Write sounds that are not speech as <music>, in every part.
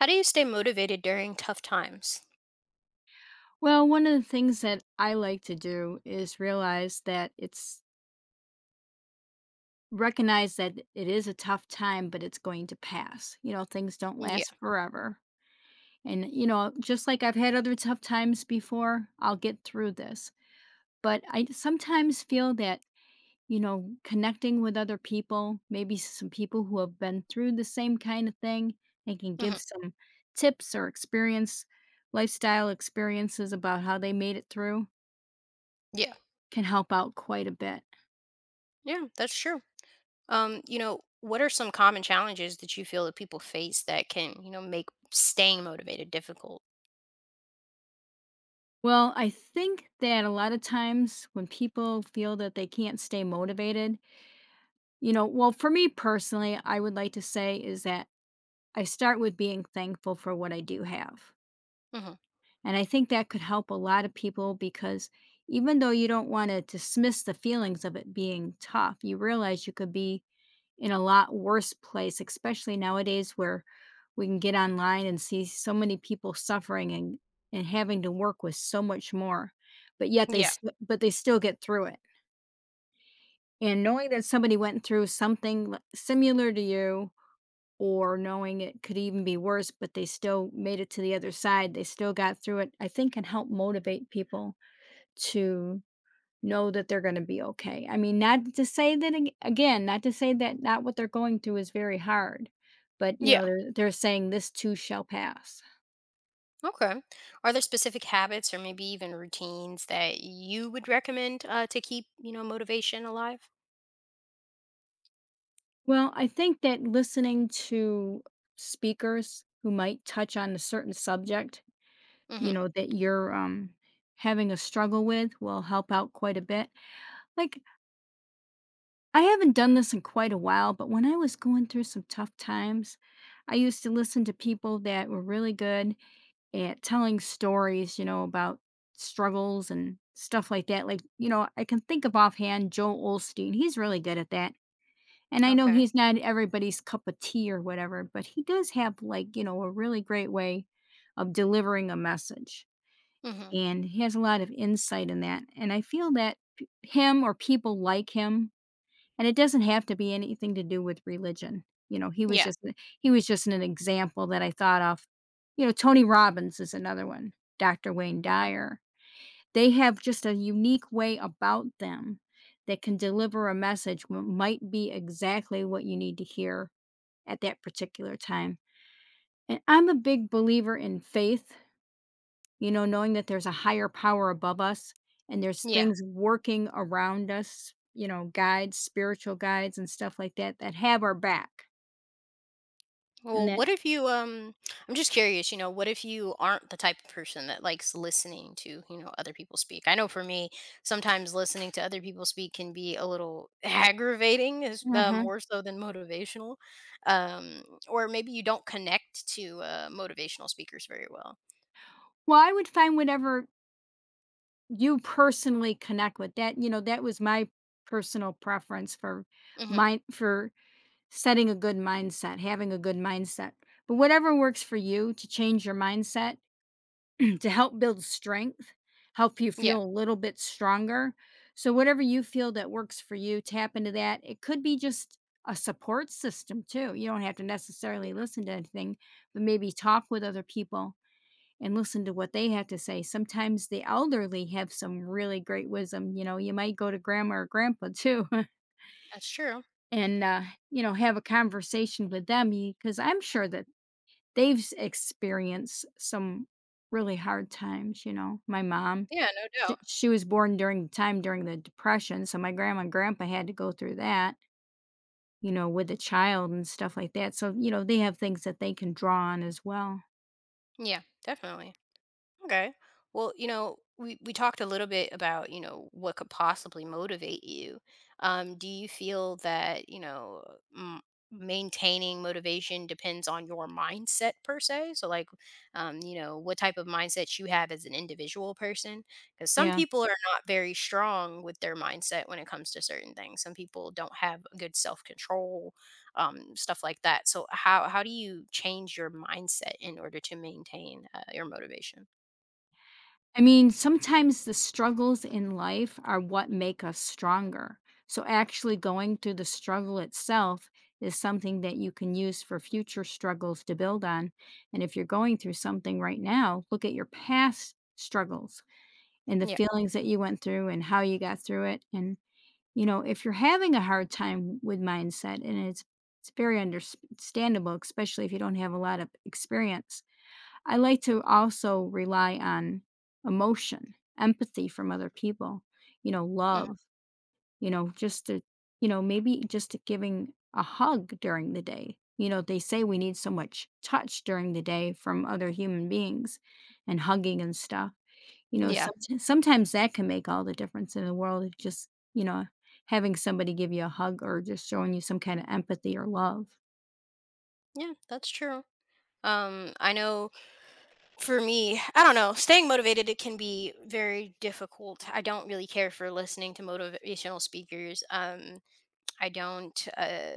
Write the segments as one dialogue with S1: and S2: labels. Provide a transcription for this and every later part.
S1: How do you stay motivated during tough times?
S2: Well, one of the things that I like to do is realize that it's recognize that it is a tough time, but it's going to pass. You know, things don't
S1: Yeah.
S2: last forever. And, you know, just like I've had other tough times before, I'll get through this. But I sometimes feel that, connecting with other people, maybe some people who have been through the same kind of thing, and can
S1: Hmm.
S2: give some tips or experience, lifestyle experiences about how they made it through,
S1: Yeah.
S2: can help out quite a bit.
S1: Yeah, that's true. What are some common challenges that you feel that people face that can, make staying motivated difficult?
S2: Well, I think that a lot of times when people feel that they can't stay motivated, for me personally, I would like to say is that I start with being thankful for what I do have.
S1: Hmm.
S2: And I think that could help a lot of people because even though you don't want to dismiss the feelings of it being tough, you realize you could be in a lot worse place, especially nowadays where we can get online and see so many people suffering and having to work with so much more, but yet
S1: Yeah.
S2: but they still get through it. And knowing that somebody went through something similar to you, or knowing it could even be worse, but they still made it to the other side, they still got through it. I think can help motivate people to know that they're gonna be okay. I mean, not to say that ag again, not to say that not what they're going through is very hard, but, you
S1: Yeah.
S2: know, they're saying this too shall pass.
S1: Okay. Are there specific habits or maybe even routines that you would recommend to keep, motivation alive?
S2: Well, I think that listening to speakers who might touch on a certain subject, you
S1: Hmm.
S2: know, that you're having a struggle with will help out quite a bit. Like, I haven't done this in quite a while, but when I was going through some tough times, I used to listen to people that were really good and telling stories, you know, about struggles and stuff like that. Like, you know, I can think of offhand Joel Olstein. He's really good at that. And I know
S1: Okay.
S2: he's not everybody's cup of tea or whatever, but he does have, like, you know, a really great way of delivering a message.
S1: Hmm.
S2: And he has a lot of insight in that. And I feel that him or people like him, and it doesn't have to be anything to do with religion. You know,
S1: Yeah.
S2: he was just an example that I thought of. You know, Tony Robbins is another one, Doctor Wayne
S1: Okay.
S2: Dyer. They have just a unique way about them that can deliver a message what might be exactly what you need to hear at that particular time. And I'm a big believer in faith, you know, knowing that there's a higher power above us and there's
S1: Yeah.
S2: things working around us, you know, guides, spiritual guides and stuff like that that have our back and
S1: Well,
S2: that.
S1: what if you— I'm just curious, what if you aren't the type of person that likes listening to, other people speak? I know for me, sometimes listening to other people speak can be a little <laughs> aggravating, is
S2: Uh-huh.
S1: more so than motivational. Um or maybe you don't connect to motivational speakers very well.
S2: Well, I would find whatever you personally connect with. That, you know, that was my personal preference for
S1: Mhm.
S2: mind for setting a good mindset, having a good mindset. But whatever works for you to change your mindset to help build strength, help you
S1: Yeah.
S2: feel a little bit stronger. So, whatever you feel that works for you, tap into that. It could be just a support system too. You don't have to
S1: Yeah,
S2: necessarily listen to anything, but maybe talk with other people and listen to what they have to say. Sometimes the elderly have some really great wisdom. You know, you might go to grandma or grandpa too
S1: that's true.
S2: <laughs> and, you know, have a conversation with them because I'm sure that They've s experienced some really hard times, you know? My mom,
S1: Yeah, no
S2: she
S1: doubt.
S2: she was born during time during the Depression, so my grandma and grandpa had to go through that, you know, with a child and stuff like that, so, you know, they have things that they can draw on as well.
S1: Yeah, definitely. Okay. Well, we talked a little bit about, what could possibly motivate you. Do you feel that, m- maintaining motivation depends on your mindset per se? So, like, what type of mindset you have as an individual person? Because some
S2: Yeah.
S1: people are not very strong with their mindset when it comes to certain things. Some people don't have good self control, stuff like that. So, how do you change your mindset in order to maintain your motivation?
S2: I mean, sometimes the struggles in life are what make us stronger. So, actually, going through the struggle itself is something that you can use for future struggles to build on. And if you're going through something right now, look at your past struggles and the
S1: Yeah.
S2: feelings that you went through and how you got through it. And, you know, if you're having a hard time with mindset, and it's very understandable, especially if you don't have a lot of experience. I like to also rely on emotion, empathy from other people, you know,
S1: Mhm.
S2: love, you know, you know, maybe just giving a hug during the day. You know, they say we need so much touch during the day from other human beings and hugging and stuff. You know,
S1: Yeah.
S2: <laughs> sometimes that can make all the difference in the world. It just, you know, having somebody give you a hug or just showing you some kind of empathy or love.
S1: Yeah, that's true. I know for me, <sighs> I don't know, staying motivated it can be very difficult. I don't really care for listening to motivational speakers. I don't. Uh,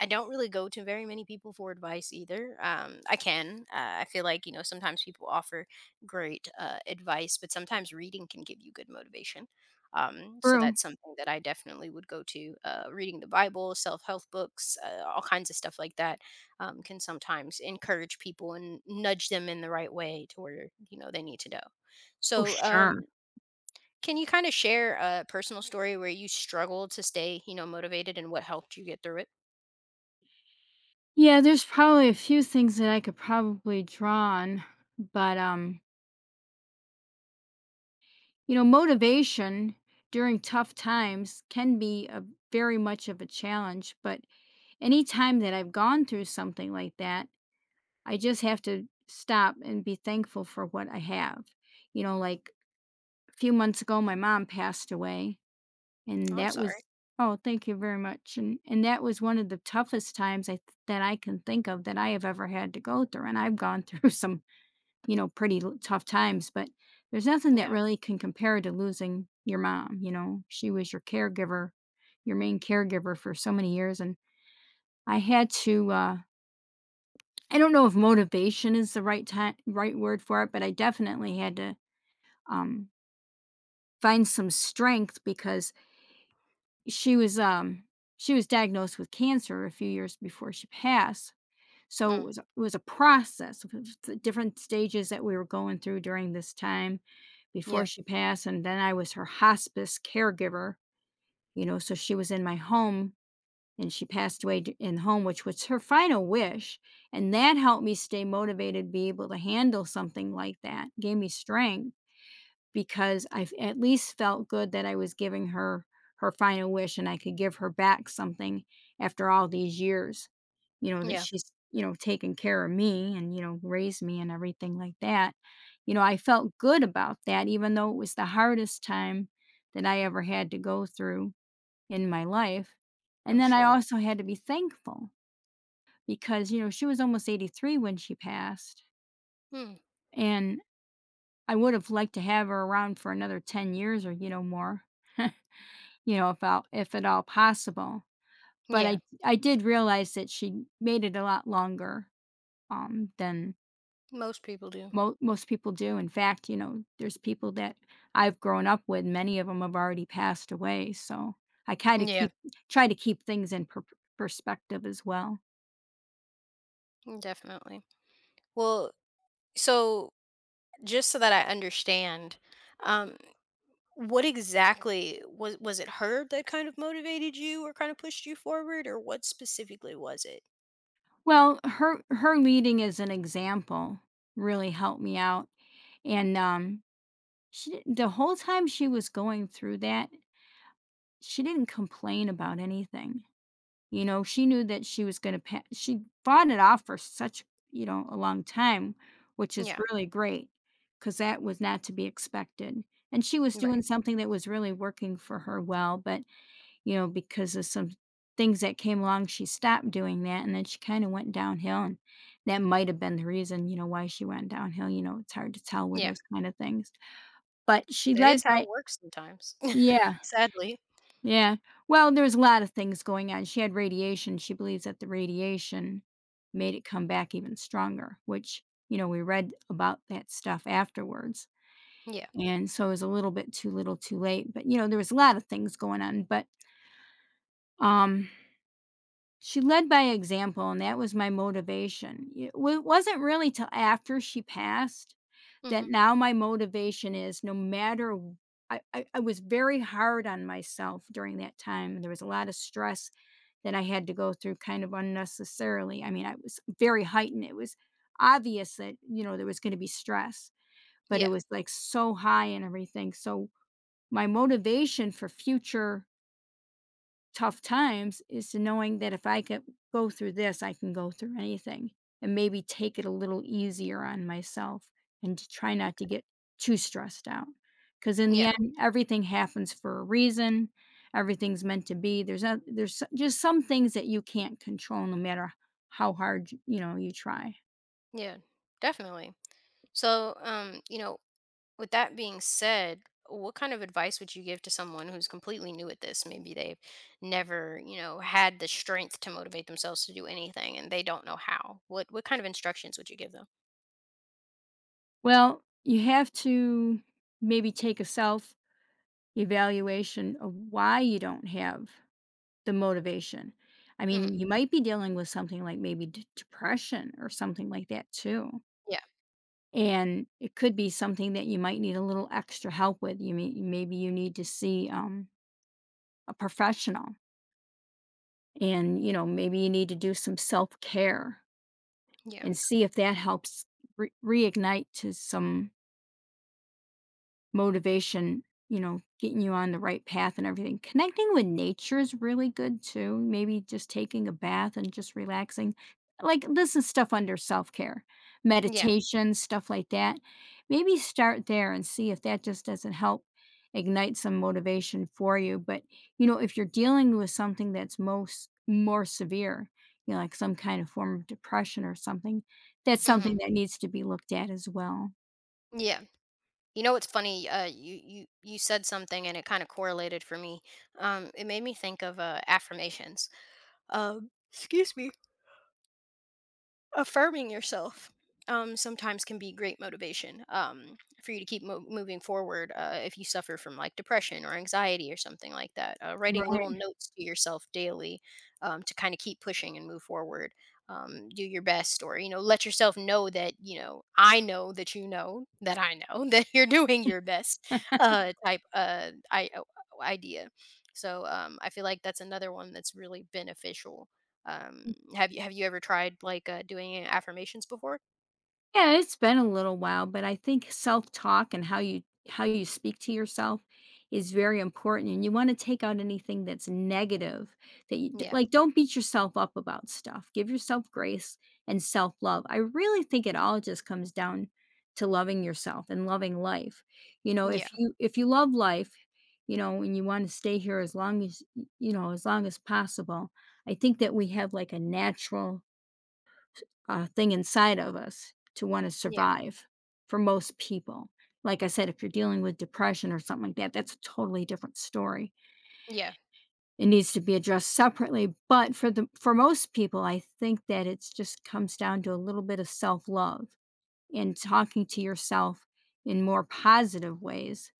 S1: I don't really go to very many people for advice either. I can. I feel like sometimes people offer great advice, but sometimes reading can give you good motivation. So
S2: True.
S1: that's something that I definitely would go to. Reading the Bible, self help books, all kinds of stuff like that can sometimes encourage people and nudge them in the right way to where they need to go.
S2: Oh,
S1: So
S2: sure.
S1: can you kind of share a personal story where you struggled to stay motivated and what helped you get through it?
S2: Yeah, there's probably a few things that I could probably draw on, but you know, motivation during tough times can be a very much of a challenge, but any time that I've gone through something like that, I just have to stop and be thankful for what I have. You know, like a few months ago my mom passed away,
S1: Oh,
S2: and
S1: I'm
S2: that
S1: sorry.
S2: was... Oh, thank you very much. And that was one of the toughest times I that I can think of that I have ever had to go through, and I've gone through <laughs> some, you know, tough times, but there's nothing
S1: Yeah.
S2: that really can compare to losing your mom. You know, she was your caregiver, your main caregiver for so many years. And I had to, I don't know if motivation is the right right word for it, but I definitely had to, um, find some strength because she was, um, she was diagnosed with cancer a few years before she passed. So
S1: Mm,
S2: it was a process of the different stages that we were going through during this time before
S1: yeah,
S2: she passed, and then I was her hospice caregiver, you know, so she was in my home and she passed away in home, which was her final wish. And that helped me stay motivated, be able to handle something like that, gave me strength because I at least felt good that I was giving her her final wish and I could give her back something after all these years, you know, that
S1: yeah,
S2: she's, you know, taken care of me and, you know, raised me and everything like that. You know, I felt good about that, even though it was the hardest time that I ever had to go through in my life. And
S1: I'm
S2: then I
S1: sure.
S2: also had to be thankful because, you know, she was almost 83 when she passed.
S1: Mm,
S2: And I would have liked to have her around for another 10 years or, you know, more, <laughs> you know, if all if at all possible. But
S1: yeah,
S2: I did realize that she made it a lot longer, than
S1: most people do.
S2: mo most people do. In fact, you know, there's people that I've grown up with, many of them have already passed away, so I kinda
S1: Yeah,
S2: keep try to keep things in perspective as well.
S1: definitely. Well, so just so that I understand, um, what exactly was it her that kind of motivated you or kind of pushed you forward, or what specifically was it?
S2: Well, her leading as an example really helped me out, and, she didn't... The whole time she was going through that, she didn't complain about anything. You know, she knew that she was gonna pa she fought it off for such, you know, a long time, which is
S1: Yeah,
S2: really great, because that was not to be expected, and she was doing
S1: right.
S2: something that was really working for her well, but, you know, because of some things that came along, she stopped doing that, and then she kinda went downhill, and that might have been the reason, you know, why she went downhill. You know, it's hard to tell with
S1: Yeah,
S2: those kinda things, but she
S1: that
S2: led
S1: is how
S2: by
S1: it works sometimes. <laughs>
S2: yeah,
S1: Sadly.
S2: yeah. Well, there's a lot of things going on. She had radiation. She believes that the radiation made it come back even stronger, which, you know, we read about that stuff afterwards.
S1: Yeah.
S2: And so it was a little bit too little too late. But, you know, there was a lot of things going on. But, um she led by example, and that was my motivation. It w Wasn't really till after she passed
S1: Hmm.
S2: that now my motivation is no matter w I was very hard on myself during that time. There was a lot of stress that I had to go through kind of unnecessarily. I mean, I was very heightened. It was obvious that, you know, there was gonna be stress, but
S1: Yeah.
S2: it was, like, so high and everything. So, my motivation for future tough times is to knowing that if I could go through this, I can go through anything and maybe take it a little easier on myself and to try not to get too stressed out. Because in the
S1: Yeah.
S2: end, everything happens for a reason. Everything's meant to be. There's not, there's just some things that you can't control, no matter how hard you know you try.
S1: Yeah. Definitely. So, with that being said, what kind of advice would you give to someone who's completely new at this? Maybe they've never, had the strength to motivate themselves to do anything and they don't know how. What kind of instructions would you give them?
S2: Well, you have to maybe take a self evaluation of why you don't have the motivation. I
S1: Hmm.
S2: mean, you might be dealing with something like maybe d depression or something like that too,
S1: Yeah.
S2: and it could be something that you might need a little extra help with. You may Maybe you need to see, a professional and, you know, maybe you need to do some self-care
S1: Yeah.
S2: and see if that helps re reignite to some motivation, you know, getting you on the right path and everything. Connecting with nature is really good too. Maybe just taking a bath and just relaxing. Like, this is stuff under self care,
S1: Yeah.
S2: meditation, stuff like that. Maybe start there and see if that just doesn't help ignite some motivation for you. But, you know, if you're dealing with something that's most more severe, you know, like some kind of form of depression or something, that's
S1: Hmm.
S2: something that needs to be looked at as well.
S1: Yeah. You know what's funny? You said something and it kind of correlated for me. It made me think of affirmations. Excuse me. Affirming yourself sometimes can be great motivation for you to keep moving forward, if you suffer from like depression or anxiety or something like that, writing little
S2: Right.
S1: notes to yourself daily, to kind of keep pushing and move forward, do your best or let yourself know that you know I know that you know that I know <laughs> that you're doing your best, type idea. So I feel like that's another one that's really beneficial. um,
S2: <laughs>
S1: have you have you ever tried, like, doing affirmations before?
S2: Yeah, it's been a little while, but I think self-talk and how you speak to yourself is very important and you want to take out anything that's negative, that
S1: Yeah.
S2: like, don't beat yourself up about stuff. Give yourself grace and self-love. I really think it all just comes down to loving yourself and loving life. You know,
S1: Yeah.
S2: if you love life, you know, and you want to stay here as long as you know, as long as possible, I think that we have, like, a natural, thing inside of us to want to
S1: Yeah.
S2: survive for most people. Like I said, if you're dealing with depression or something like that, that's a totally different story.
S1: Yeah.
S2: It needs to be addressed separately. But for the for most people, I think that it's just comes down to a little bit of self-love and talking to yourself in more positive ways.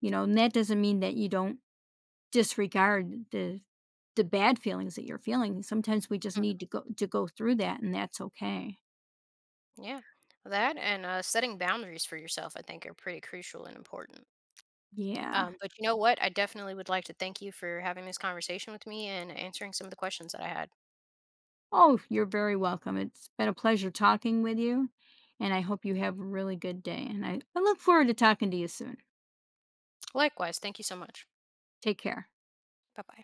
S2: You know, and that doesn't mean that you don't disregard the bad feelings that you're feeling. Sometimes we just need to go through that and that's okay.
S1: Yeah. That and, setting boundaries for yourself, I think, are pretty crucial and important.
S2: Yeah.
S1: But you know what? I definitely would like to thank you for having this conversation with me and answering some of the questions that I had.
S2: Oh, you're very welcome. It's been a pleasure talking with you, and I hope you have a really good day. And I look forward to talking to you soon.
S1: Likewise, thank you so much.
S2: Take care.
S1: Bye-bye.